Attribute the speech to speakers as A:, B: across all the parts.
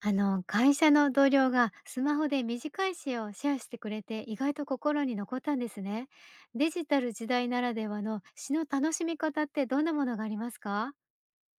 A: 会社の同僚がスマホで短い詩をシェアしてくれて意外と心に残ったんですね。デジタル時代ならではの詩の楽しみ方ってどんなものがありますか？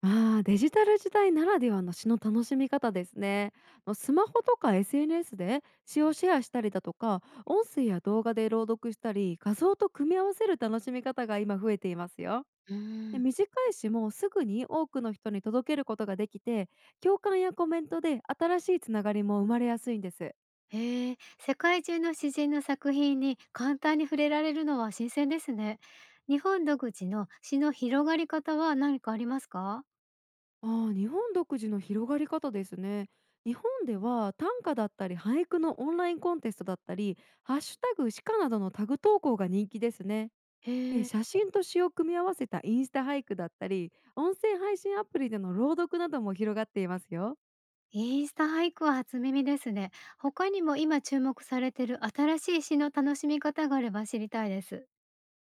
B: ああ、デジタル時代ならではの詩の楽しみ方ですね。スマホとか SNS で詩をシェアしたりだとか、音声や動画で朗読したり、画像と組み合わせる楽しみ方が今増えていますよ。
A: うー
B: で
A: ん。
B: 短い詩もすぐに多くの人に届けることができて、共感やコメントで新しいつながりも生まれやすいんです。
A: へえ、世界中の詩人の作品に簡単に触れられるのは新鮮ですね。日本独自の詩の広がり方は何かありますか？
B: ああ、日本独自の広がり方ですね。日本では短歌だったり俳句のオンラインコンテストだったり、ハッシュタグ詩歌などのタグ投稿が人気ですね。
A: へ
B: で、
A: え。
B: 写真と詩を組み合わせたインスタ俳句だったり、音声配信アプリでの朗読なども広がっていますよ。
A: インスタ俳句は初耳ですね。他にも今注目されてる新しい詩の楽しみ方があれば知りたいです。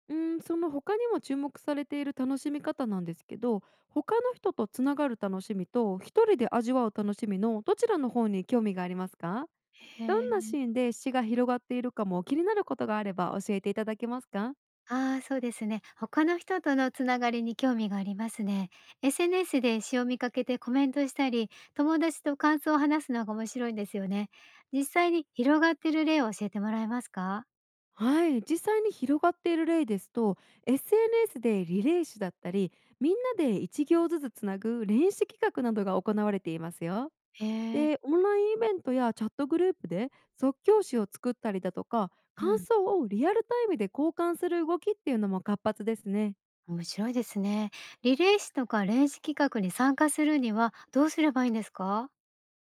B: うーん、その他にも注目されている楽しみ方なんですけど、他の人とつながる楽しみと一人で味わう楽しみのどちらの方に興味がありますか？
A: へ
B: どんな
A: え。
B: シーンで詩が広がっているかも気になることがあれば教えていただけますか？
A: ああ、そうですね。他の人とのつながりに興味がありますね。SNS で詩を見かけてコメントしたり、友達と感想を話すのが面白いんですよね。実際に広がってる例を教えてもらえますか？
B: はい、実際に広がっている例ですと SNS でリレー種だったり、みんなで一行ずつつなぐ練習企画などが行われていますよ。
A: へえ。
B: でオンラインイベントやチャットグループで即興詞を作ったりだとか、
A: う
B: 感
A: ん、
B: 想をリアルタイムで交換する動きっていうのも活発ですね。
A: 面白いですね。リレー誌とか練習企画に参加するにはどうすればいいんですか？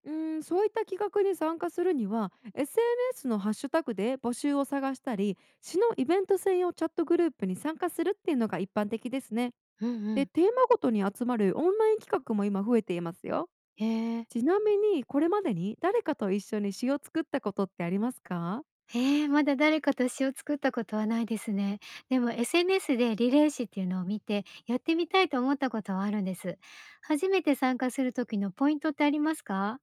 B: うん、そういった企画に参加するには SNS のハッシュタグで募集を探したり、市のイベント専用チャットグループに参加するっていうのが一般的ですね。
A: うんう
B: で、
A: ん。
B: テーマごとに集まるオンライン企画も今増えていますよ。
A: へえ。
B: ちなみにこれまでに誰かと一緒に詩を作ったことってありますか？
A: ええ、まだ誰かと詩を作ったことはないですね。でも SNS でリレー詩っていうのを見て、やってみたいと思ったことはあるんです。初めて参加する時のポイントってありますか？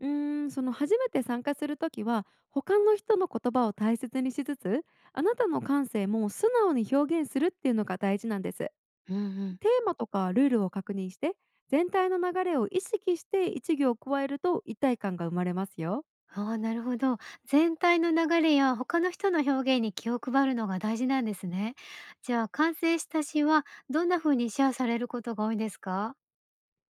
B: うーん、その初めて参加するときは他の人の言葉を大切にしつつ、あなたの感性も素直に表現するっていうのが大事なんです。テ
A: うんうん。
B: ーマとかルールを確認して、全体の流れを意識して一行加えると一体感が生まれますよ。
A: ああ、なるほど。全体の流れや他の人の表現に気を配るのが大事なんですね。じゃあ完成した詩はどんな風にシェアされることが多いんですか？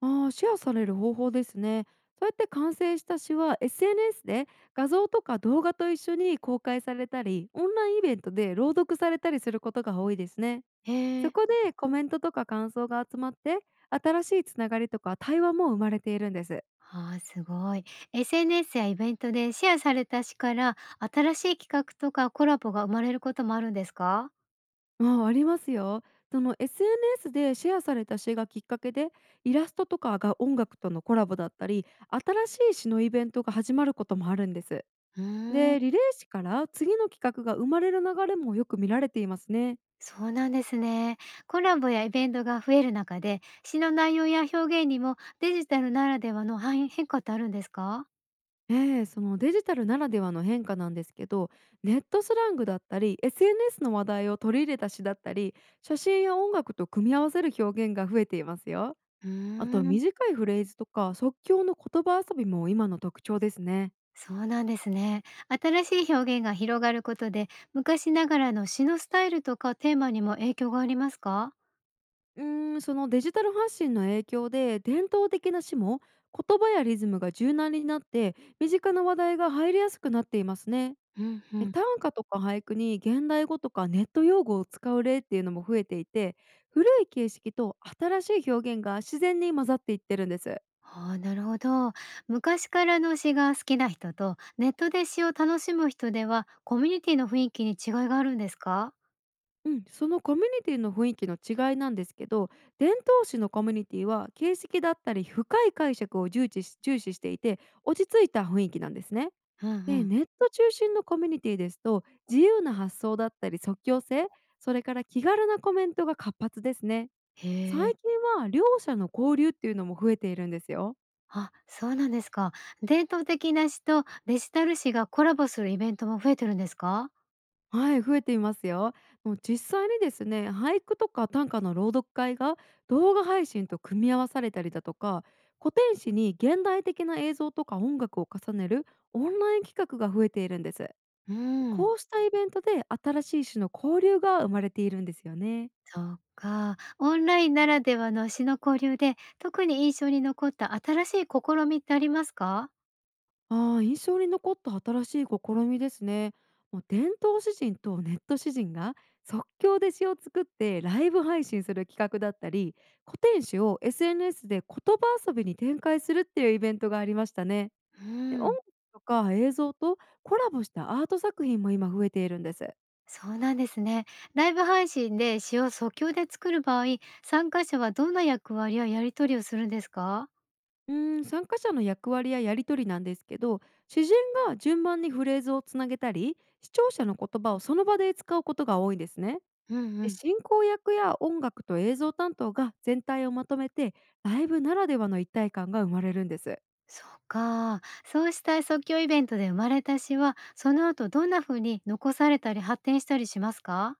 B: ああ、シェアされる方法ですね。そうやって完成した詩は SNS で画像とか動画と一緒に公開されたり、オンラインイベントで朗読されたりすることが多いですね。
A: へ
B: そ
A: え。
B: こでコメントとか感想が集まって、新しいつながりとか対話も生まれているんです。
A: ああ、すごい。SNS やイベントでシェアされた詩から新しい企画とかコラボが生まれることもあるんですか？
B: ああ、ありますよ。その SNS でシェアされた詩がきっかけで、イラストとかが音楽とのコラボだったり、新しい詩のイベントが始まることもあるんです。
A: うーん。
B: で、リレー誌から次の企画が生まれる流れもよく見られていますね。
A: そうなんですね。コラボやイベントが増える中で詩の内容や表現にもデジタルならではの範囲変化ってあるんですか？
B: ええ、そのデジタルならではの変化なんですけど、ネットスラングだったり、SNS の話題を取り入れた詩だったり、写真や音楽と組み合わせる表現が増えていますよ。
A: うー
B: あと
A: ん。
B: 短いフレーズとか即興の言葉遊びも今の特徴ですね。
A: そうなんですね。新しい表現が広がることで昔ながらの詩のスタイルとかテーマにも影響がありますか？
B: うーん、そのデジタル発信の影響で伝統的な詩も言葉やリズムが柔軟になって、身近な話題が入りやすくなっていますね。
A: うんうん。
B: 短歌とか俳句に現代語とかネット用語を使う例っていうのも増えていて、古い形式と新しい表現が自然に混ざっていってるんです。
A: ああ、なるほど。昔からの詩が好きな人と、ネットで詩を楽しむ人では、コミュニティの雰囲気に違いがあるんですか？
B: うん、そのコミュニティの雰囲気の違いなんですけど、伝統史のコミュニティは形式だったり深い解釈を重視していて、落ち着いた雰囲気なんですね。
A: うんう
B: で、
A: ん。
B: ネット中心のコミュニティですと、自由な発想だったり即興性、それから気軽なコメントが活発ですね。最
A: へえ。
B: 近は両者の交流っていうのも増えているんですよ。
A: あ、そうなんですか。伝統的な詩とデジタル詩がコラボするイベントも増えてるんですか？
B: はい、増えていますよ。もう実際にですね、俳句とか短歌の朗読会が動画配信と組み合わされたりだとか、古典史に現代的な映像とか音楽を重ねるオンライン企画が増えているんです。
A: うん。
B: こうしたイベントで新しい種の交流が生まれているんですよね。
A: そっか。オンラインならではの詩の交流で、特に印象に残った新しい試みってありますか？
B: ああ、印象に残った新しい試みですね。もう伝統詩人とネット詩人が即興で詩を作ってライブ配信する企画だったり、古典詩を SNS で言葉遊びに展開するっていうイベントがありましたね。
A: う
B: で、音
A: ん。
B: 楽とか映像とコラボしたアート作品も今増えているんです。
A: そうなんですね。ライブ配信で詩を即興で作る場合、参加者はどんな役割ややり取りをするんですか？
B: うーん、参加者の役割ややり取りなんですけど、詩人が順番にフレーズをつなげたり、視聴者の言葉をその場で使うことが多いんですね。
A: うんう
B: で
A: ん。
B: 進行役や音楽と映像担当が全体をまとめて、ライブならではの一体感が生まれるんです。
A: そっか。そうした即興イベントで生まれた詩は、その後どんな風に残されたり発展したりしますか？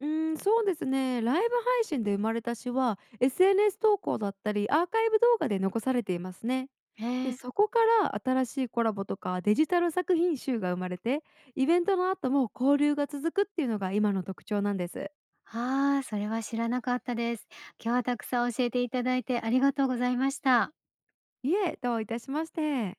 B: うーん、そうですね、ライブ配信で生まれた詩は SNS 投稿だったりアーカイブ動画で残されていますね。
A: へ
B: で
A: え。
B: そこから新しいコラボとかデジタル作品集が生まれて、イベントの後も交流が続くっていうのが今の特徴なんです。
A: ああ、それは知らなかったです。今日はたくさん教えていただいてありがとうございました。
B: いえ、どういたしまして。